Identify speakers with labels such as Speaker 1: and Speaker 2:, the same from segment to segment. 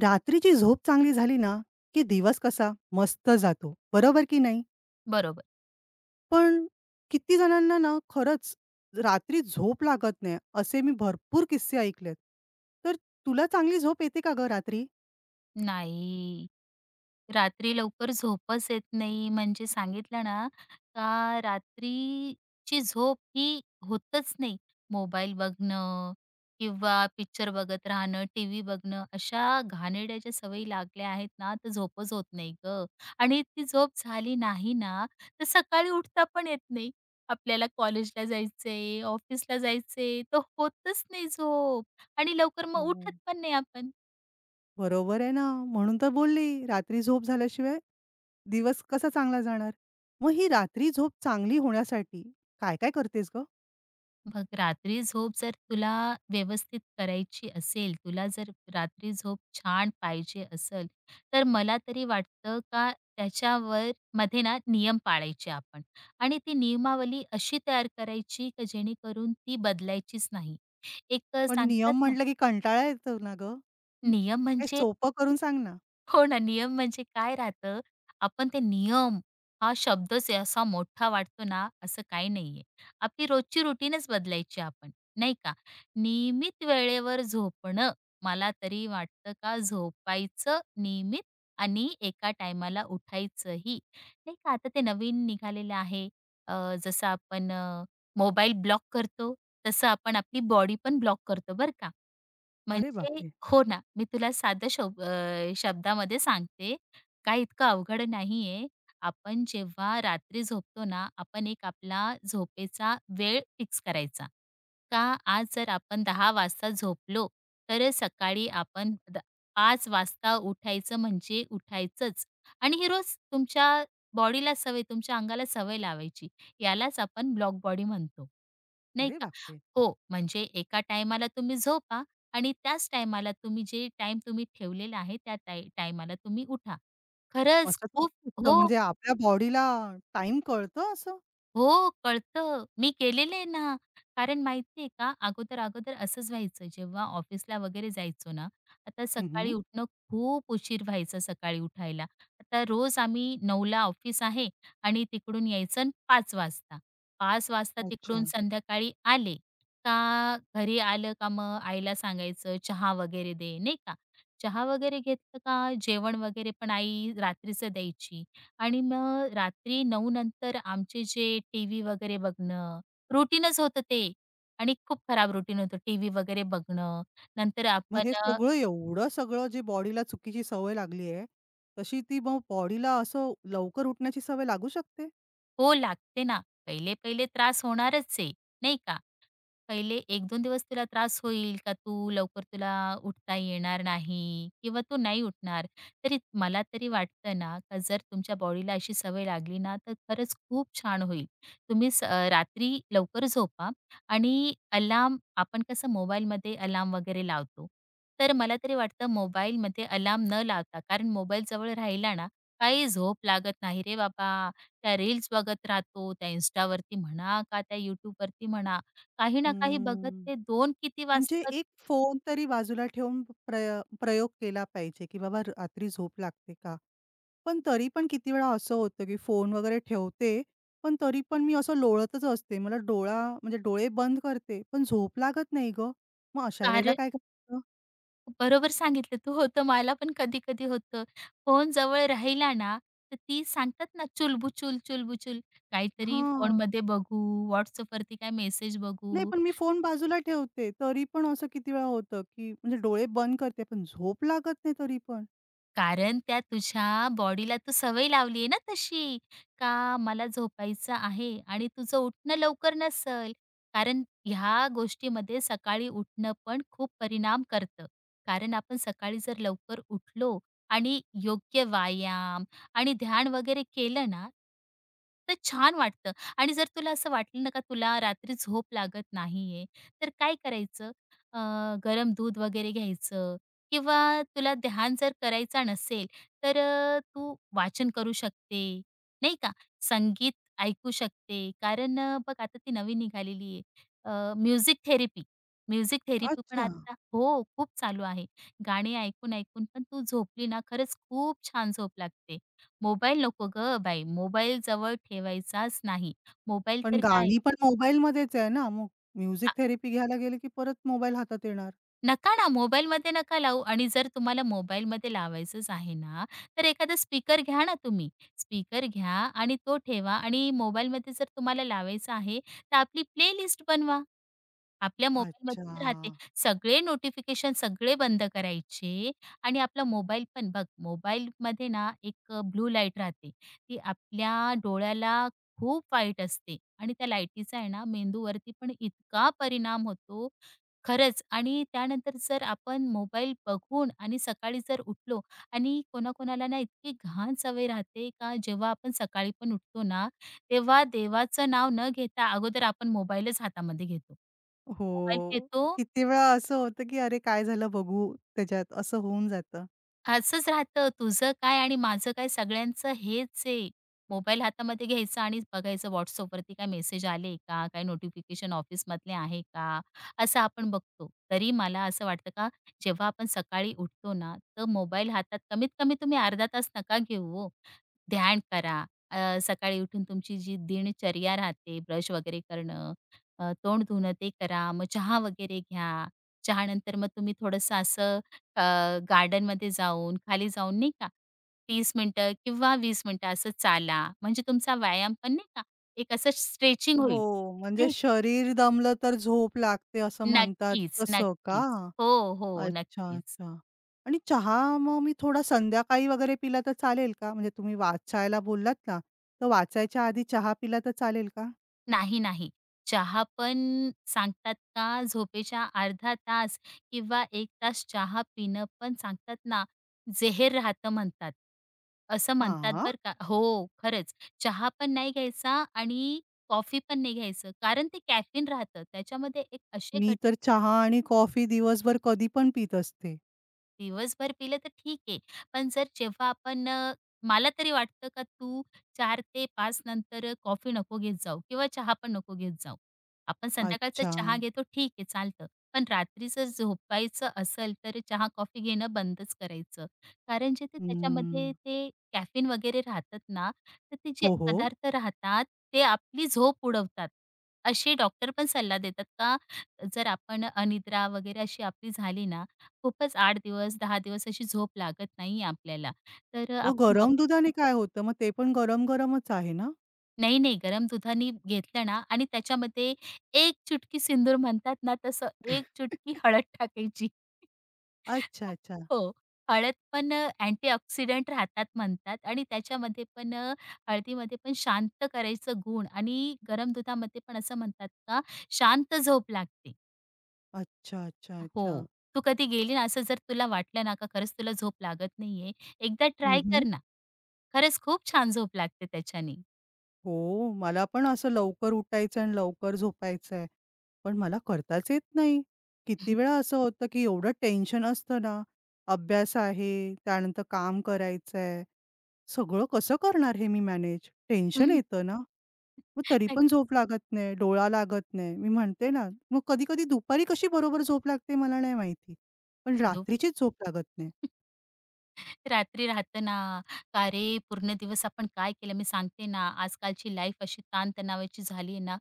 Speaker 1: रात्रीची झोप चांगली झाली ना, की दिवस कसा मस्त जातो, बरोबर की नाही?
Speaker 2: बरोबर.
Speaker 1: पण किती जणांना ना खरंच रात्री झोप लागत नाही, असे मी भरपूर किस्से ऐकलेत. तर तुला चांगली झोप येते का गं रात्री?
Speaker 2: नाही. रात्री लवकर झोपच येत नाही म्हणजे सांगितलं ना, का रात्रीची झोप ही होतच नाही. मोबाईल बघणं किंवा पिक्चर बघत राहणं, टीव्ही बघणं अशा घाणेरड्या ज्या सवयी लागल्या आहेत ना, तर झोपच होत नाही गं. आणि ती झोप झाली नाही ना, तर सकाळी उठता पण येत नाही. आपल्याला कॉलेजला जायचंय, ऑफिसला जायचंय, तर होतच नाही झोप आणि लवकर मग
Speaker 1: हो.
Speaker 2: उठत पण नाही आपण.
Speaker 1: बरोबर आहे ना, म्हणून तर बोलली रात्री झोप झाल्याशिवाय दिवस कसा चांगला जाणार? मग ही रात्री झोप चांगली होण्यासाठी काय-काय करतेस गं?
Speaker 2: बघ रात्री झोप जर तुला व्यवस्थित करायची असेल, तुला जर रात्री झोप छान पाहिजे असेल, तर मला तरी वाटतं का त्याच्यावर मध्ये ना नियम पाळायचे आपण आणि ती नियमावली अशी तयार करायची का जेणेकरून ती बदलायचीच नाही. एक
Speaker 1: पण
Speaker 2: सांगतात
Speaker 1: नियम
Speaker 2: ना
Speaker 1: म्हटलं की कंटाळा येतो ना गं?
Speaker 2: नियम
Speaker 1: काही
Speaker 2: म्हणजे
Speaker 1: सोपं करून सांग ना.
Speaker 2: हो ना, नियम म्हणजे काय राहतं, आपण ते नियम हा शब्दच आहे असा मोठा वाटतो ना, असं काही नाहीये. आपली रोजची रुटीनच बदलायची आपण, नाही का? नियमित वेळेवर झोपणं, मला तरी वाटतं का झोपायचं नियमित आणि एका टायमाला उठायचंही, नाही का? आता ते नवीन निघालेलं आहे. जसं आपण मोबाईल ब्लॉक करतो, तसं आपण आपली बॉडी पण ब्लॉक करतो, बरं का?
Speaker 1: अरे
Speaker 2: म्हणजे
Speaker 1: बापरे!
Speaker 2: हो ना, मी तुला साध्या शब्दामध्ये सांगते. काय इतकं अवघड नाहीये. आपण जेव्हा रात्री झोपतो ना, आपण एक आपला झोपेचा वेळ फिक्स करायचा. का आज जर आपण 10 वाजता झोपलो, तर सकाळी आपण 5 वाजता उठायचं म्हणजे उठायचंच. आणि ही रोज तुमच्या बॉडीला सवय, तुमच्या अंगाला सवय लावायची. यालाच आपण ब्लॉक बॉडी म्हणतो, नाही
Speaker 1: अरे
Speaker 2: का?
Speaker 1: बापरे!
Speaker 2: हो, म्हणजे एका टायमाला तुम्ही झोपा. आणि त्याच टायमाला तुम्ही जे टाइम तुम्ही ठेवलेला आहे त्या टायमाला तुम्ही उठा. खरंच
Speaker 1: असं
Speaker 2: खूप
Speaker 1: इतकं
Speaker 2: हो.
Speaker 1: म्हणजे आपल्या बॉडीला टाइम कळतं असं?
Speaker 2: हो, कळतं. मी केलेलं आहे ना. कारण माहिती का, अगोदर-अगोदर असंच व्हायचं, जेव्हा ऑफिसला वगैरे जायचो ना, आता
Speaker 1: हं, हं.
Speaker 2: सकाळी उठणं खूप उशीर व्हायचं सकाळी उठायला. आता रोज आम्ही 9:00ला ऑफिस आहे आणि तिकडून यायचं 5 वाजता. 5 वाजता
Speaker 1: अच्छा.
Speaker 2: तिकडून संध्याकाळी आले का, घरी आलं का मग आईला सांगायचं चहा वगैरे दे, नाही का. चहा वगैरे घेतलं का जेवण वगैरे पण आई रात्रीचं द्यायची. आणि मग रात्री 9 नंतर आमचे जे टीव्ही वगैरे बघणं, रुटीनच होतं ते आणि खूप खराब रुटीन होतं टीव्ही वगैरे बघणं. नंतर
Speaker 1: मग हे
Speaker 2: आपण
Speaker 1: सगळं एवढं सगळं जी बॉडीला चुकीची सवय लागली आहे, तशी ती मग बॉडीला असं लवकर उठण्याची सवय लागू शकते?
Speaker 2: हो लागते ना. पहिले-पहिले त्रास होणारच आहे, नाही का? पहिले एक 2 दिवस तुला त्रास होईल का तू लवकर तुला उठता येणार नाही किंवा तू नाही उठणार. तरी मला तरी वाटतं ना, का जर तुमच्या बॉडीला अशी सवय लागली ना, तर खरंच खूप छान होईल. तुम्ही रात्री लवकर झोपा आणि अलार्म आपण कसं मोबाईलमध्ये अलार्म वगैरे लावतो. तर मला तरी वाटतं मोबाईलमध्ये अलार्म न लावता कारण मोबाईल जवळ राहिला ना, काही झोप लागत नाही रे बाबा. त्या रील्स बघत राहतो, त्या Instaवरती म्हणा का त्या YouTubeवरती म्हणा काही ना काही बघत
Speaker 1: हम्म.
Speaker 2: ते 2 किती
Speaker 1: म्हणजे
Speaker 2: वाजतात
Speaker 1: एक फोन तरी बाजूला ठेवून प्रयोग केला पाहिजे, की बाबा रात्री झोप लागते का? पण तरी पण किती वेळा असं होतं, की फोन वगैरे ठेवते, पण तरी पण मी असं लोळतच असते. मला डोळा म्हणजे डोळे बंद करते, पण झोप लागत नाही गं. मग अशा वेळेला
Speaker 2: कार्य
Speaker 1: काय करायचं?
Speaker 2: बरोबर सांगितलं तू होतं मला पण कधी-कधी होतं. फोन जवळ राहिला ना, तर ती सांगतात ना चुलबुचूल, चुलबुचूल काहीतरी
Speaker 1: हां.
Speaker 2: फोनमध्ये बघू, WhatsAppवरती काय मेसेज
Speaker 1: नाही
Speaker 2: बघू
Speaker 1: पण मी फोन बाजूला ठेवते, तरी पण असं किती वेळा होतं, की म्हणजे डोळे बंद करते, पण झोप लागत नाही तरी पण.
Speaker 2: कारण त्या तुझ्या बॉडीला तू सवय लावली आहे ना तशी, का मला झोपायचं आहे आणि तुझं उठणं लवकर नसेल. कारण ह्या गोष्टीमध्ये सकाळी उठणं पण खूप परिणाम करतं. कारण आपण सकाळी जर लवकर उठलो आणि योग्य व्यायाम आणि ध्यान वगैरे केलं ना, तर छान वाटतं आणि जर तुला असं वाटलं ना, का तुला रात्री झोप लागत नाहीये, तर काय करायचं? अ, गरम दूध वगैरे घ्यायचं किंवा तुला ध्यान जर करायचा नसेल, तर तू वाचन करू शकते, नाही का. संगीत ऐकू शकते. कारण बघ आता ती नवीन निघालेली आहे. Music therapy. म्युझिक थेरपी पण
Speaker 1: अच्छा.
Speaker 2: आता हो, खूप चालू आहे. गाणी ऐकून-ऐकून पण तू झोपली ना, खरंच खूप छान झोप लागते. मोबाईल नको गं बाई, मोबाईल जवळ ठेवायचाच नाही. मोबाईल
Speaker 1: पण
Speaker 2: तर काय
Speaker 1: गाणी पण मोबाईलमध्येच आहे ना, मग म्युझिक थेरपी घ्यायला गेले, की परत मोबाईल हातात येणार.
Speaker 2: नका ना, मोबाईलमध्ये नका लावू आणि जर तुम्हाला मोबाईलमध्ये लावायचंच आहे ना, तर एखादा स्पीकर घ्या ना तुम्ही. स्पीकर घ्या आणि तो ठेवा आणि मोबाईलमध्ये जर तुम्हाला लावायचं आहे, तर आपली प्लेलिस्ट बनवा. आपल्या
Speaker 1: अच्छा.
Speaker 2: मोबाईलमध्ये राहते. सगळे नोटिफिकेशन सगळे बंद करायचे आणि आपला मोबाईल पण बघ, मोबाईलमध्ये ना एक ब्लू लाईट राहते. ती आपल्या डोळ्याला खूप वाईट असते आणि त्या लाईटीचा आहे ना मेंदूवरती पण इतका परिणाम होतो खरंच आणि त्यानंतर जर आपण मोबाईल बघून आणि सकाळी जर उठलो आणि कोणाकोणाला ना इतकी घाण सवय राहते का जेव्हा आपण सकाळी पण उठतो ना, तेव्हा देवाचं नाव न घेता अगोदर आपण मोबाईलच हातामध्ये घेतो. मोबाईल
Speaker 1: हो.
Speaker 2: घेतो
Speaker 1: किती वेळा असं होतं, की "अरे काय झालं बघू त्याच्यात," असं होऊन जातं.
Speaker 2: असंच राहतं तुझं काय आणि माझं काय सगळ्यांचं हेच आहे. मोबाईल हातामध्ये घ्यायचा आणि बघायचं WhatsAppवरती काय मेसेज आले का? काय नोटिफिकेशन ऑफिसमधले आहे का? असं आपण बघतो. तरी मला असं वाटतं का जेव्हा आपण सकाळी उठतो ना, तर मोबाईल हातात कमीत कमी तुम्ही अर्धा तास नका घेऊ हो. ध्यान करा. सकाळी उठून तुमची जी दिनचर्या राहते, ब्रश वगैरे करणं, तोंड धुणं ते करा. मग चहा वगैरे घ्या. चहानंतर मग तुम्ही थोडंसं असं अ, गार्डनमध्ये जाऊन, खाली जाऊन नाही का 30 मिनिटं किंवा 20 मिनिटं असं चाला. म्हणजे तुमचा व्यायाम पण नाही का एक असं स्ट्रेचिंग होईल.
Speaker 1: हो, म्हणजे
Speaker 2: नाही का?
Speaker 1: शरीर दमलं तर झोप लागते असं म्हणतात,
Speaker 2: नक्कीच,
Speaker 1: तसं का?
Speaker 2: नक्कीच. हो, हो.
Speaker 1: अच्छा,
Speaker 2: नक्कीच.
Speaker 1: अच्छा. आणि चहा मग मी थोडा संध्याकाळी वगैरे पिला तर चालेल का? म्हणजे तुम्ही वाचायला बोललात ना, तर वाचायच्या आधी चहा पिला तर चालेल का?
Speaker 2: नाही, नाही. चहा पण सांगतात का झोपेच्या अर्धा तास किंवा 1 तास चहा पिणं पण सांगतात ना, जेहेर राहतं म्हणतात. असं म्हणतात
Speaker 1: हां.
Speaker 2: बरं का. हो, खरंच. चहा पण नाही घ्यायचा आणि कॉफी पण नाही घ्यायचं. कारण ते कॅफीन राहतं. त्याच्यामध्ये एक असे
Speaker 1: मी
Speaker 2: घटक
Speaker 1: तर चहा आणि कॉफी दिवसभर कधी पण पीत असते.
Speaker 2: दिवसभर पिलं तर ठीक आहे. पण जर जेव्हा आपण मला तरी वाटतं का तू 4 ते 5 नंतर कॉफी नको घेत जाऊ किंवा चहा पण नको घेत जाऊ. आपण संध्याकाळचा
Speaker 1: अच्छा.
Speaker 2: चहा घेतो ठीक आहे चालतं. पण रात्री जर झोपायचं असेल तर चहा, कॉफी घेणं बंदच करायचं. कारण जे ते त्याच्यामध्ये
Speaker 1: हम्म.
Speaker 2: ते कॅफीन वगैरे राहतात ना, तर ते जे
Speaker 1: हो, हो.
Speaker 2: पदार्थ राहतात ते आपली झोप उडवतात. असे डॉक्टर पण सल्ला देतात का जर आपण अनिद्रा वगैरे अशी आपली झाली ना, खूपच 8 दिवस, 10 दिवस अशी झोप लागत नाहीये आपल्याला. तर
Speaker 1: मग
Speaker 2: आपण डॉक
Speaker 1: गरम दुधाने काय होतं? मग ते पण गरम-गरमच आहे ना?
Speaker 2: नाही, नाही. गरम दुधाने घेतलं ना आणि त्याच्यामध्ये एक चुटकी सिंदूर म्हणतात ना, तसं एक चुटकी हळद टाकायची.
Speaker 1: अच्छा, अच्छा.
Speaker 2: हो. हळद पण अँटीऑक्सिडंट राहतात म्हणतात आणि त्याच्यामध्ये पण हळदीमध्ये पण शांत करायचं गुण आणि गरम दुधामध्ये पण असं म्हणतात का, शांत झोप लागते.
Speaker 1: अच्छा, अच्छा, अच्छा.
Speaker 2: हो. तू कधी गेली ना, असं जर तुला वाटलं ना, का खरंच तुला झोप लागत नाहीये, एकदा ट्राय
Speaker 1: हं,
Speaker 2: कर ना. खरंच खूप छान झोप लागते त्याच्याने.
Speaker 1: हो, मला पण असं लवकर उठायचं आणि लवकर झोपायचंय. पण मला करताच येत नाही. किती वेळा असं होतं, की एवढं टेन्शन असतं ना, अभ्यास आहे, त्यानंतर काम करायचंय. सगळं कसं करणार हे मी मॅनेज? टेन्शन
Speaker 2: हं,
Speaker 1: येतं ना. मग तरी पण झोप लागत नाही, डोळा लागत नाही. मी म्हणते ना, मग कधी-कधी दुपारी कशी बरोबर झोप लागते मला नाही माहिती. पण रात्रीचीच झोप लागत नाही.
Speaker 2: रात्री राहतं ना, का रे पूर्ण दिवस आपण काय केलं? मी सांगते ना, आजकालची लाईफ अशी ताणतणावाची झाली आहे ना,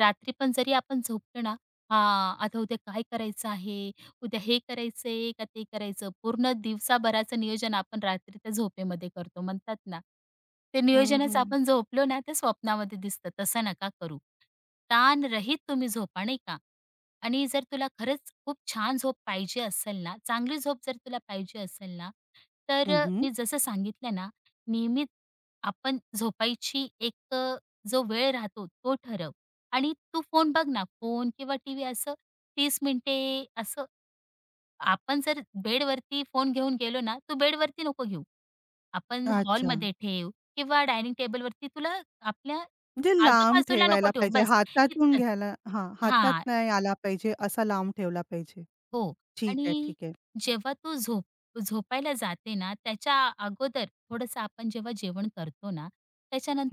Speaker 2: रात्री पण जरी आपण झोपलो ना, हां, आता उद्या काय करायचं आहे? उद्या हे करायचंय का ते करायचं? पूर्ण दिवसाभराचं नियोजन आपण रात्री त्या झोपेमध्ये करतो म्हणतात ना. ते
Speaker 1: हं,
Speaker 2: नियोजनच
Speaker 1: हं.
Speaker 2: आपण झोपलो ना, ते स्वप्नामध्ये दिसतं. तसं नका करू. ताणरहित तुम्ही झोपा नाही का? आणि जर तुला खरंच खूप छान झोप पाहिजे असेल ना, चांगली झोप जर तुला पाहिजे असेल ना तर
Speaker 1: हं, हं.
Speaker 2: मी जसं सांगितलं ना, नियमित आपण झोपायची जो वेळ राहतो तो ठरव आणि तू फोन बघ ना, फोन किंवा टीव्ही असं 30 मिनिटे असं आपण जर बेडवरती फोन घेऊन गेलो ना, तू बेडवरती नको घेऊ. आपण
Speaker 1: अच्छा.
Speaker 2: हॉलमध्ये ठेव किंवा डायनिंग टेबलवरती तुला आपल्या
Speaker 1: म्हणजे लांब
Speaker 2: आजूबाजूला नको
Speaker 1: ठेवायला
Speaker 2: ठेवू.
Speaker 1: पाहिजे.
Speaker 2: बस
Speaker 1: हातातून
Speaker 2: इतकंच.
Speaker 1: घ्यायला हां, हातात
Speaker 2: हां.
Speaker 1: नाही आला पाहिजे असा लांब ठेवला पाहिजे.
Speaker 2: हो.
Speaker 1: ठीक आहे,
Speaker 2: आणि
Speaker 1: ठीक आहे.
Speaker 2: जेव्हा तू झोपायला जाते ना, त्याच्या अगोदर थोडंसं आपण जेव्हा जेवण करतो ना,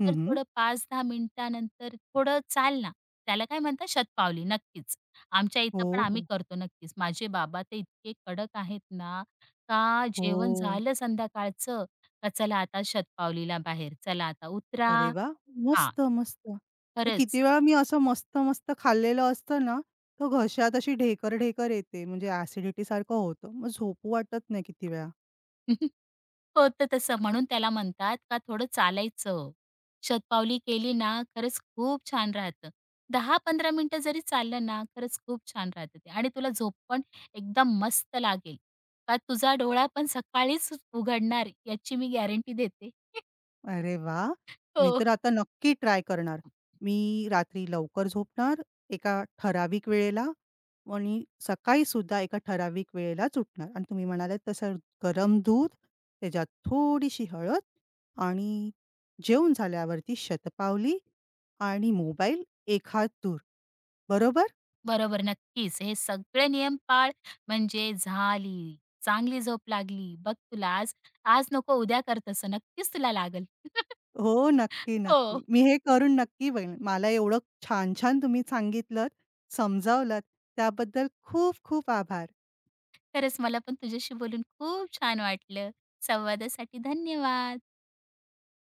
Speaker 1: हं, हं.
Speaker 2: थोडं 5-10 मिनिटानंतर थोडं चाल ना. त्याला काय म्हणतात शतपावली. नक्कीच. आमच्या
Speaker 1: हो,
Speaker 2: इथं पण आम्ही
Speaker 1: हो.
Speaker 2: करतो नक्कीच. माझे बाबा ते इतके कडक आहेत ना, का
Speaker 1: हो.
Speaker 2: जेवण झालं संध्याकाळचं, का चला आता शतपावलीला बाहेर, चला आता उतरा
Speaker 1: अरे वाह!
Speaker 2: हां,
Speaker 1: मस्त, मस्त. तर
Speaker 2: खरंच.
Speaker 1: किती वेळा मी असं मस्त-मस्त खाल्लेलं असतं ना, तर घशात अशी ढेकर-ढेकर येते म्हणजे ॲसिडिटीसारखं होतं. मग झोपू वाटत नाही किती वेळा.
Speaker 2: होतं तसं. म्हणून त्याला म्हणतात का थोडं चालायचं. शतपावली केली ना, खरंच खूप छान राहतं. दहा 15 मिनिटं जरी चाललं ना, खरंच खूप छान राहतं ते आणि तुला झोप पण एकदम मस्त लागेल. का तुझा डोळा पण सकाळीच उघडणार याची मी गॅरंटी देते.
Speaker 1: अरे वा, मी
Speaker 2: हो.
Speaker 1: तर आता नक्की ट्राय करणार. मी रात्री लवकर झोपणार, एका ठराविक वेळेला आणि सकाळी सुद्धा एका ठराविक वेळेलाच उठणार आणि तुम्ही म्हणालात तसं गरम दूध, त्याच्यात थोडीशी हळद आणि जेवून झाल्यावरती शतपावली आणि मोबाईल एक हात दूर, बरोबर?
Speaker 2: बरोबर, नक्कीच. हे सगळे नियम पाळ म्हणजे झाली. चांगली झोप लागली. बघ तुला आज आज नको उद्या कर तसं. नक्कीच तुला लागेल.
Speaker 1: हो, नक्की,
Speaker 2: हो.
Speaker 1: नक्की. मी हे करून नक्की बघेन. मला एवढं छान-छान तुम्ही सांगितलत, समजावलत त्याबद्दल खूप खूप आभार.
Speaker 2: खरंच मला पण तुझ्याशी बोलून खूप छान वाटलं. संवादासाठी धन्यवाद.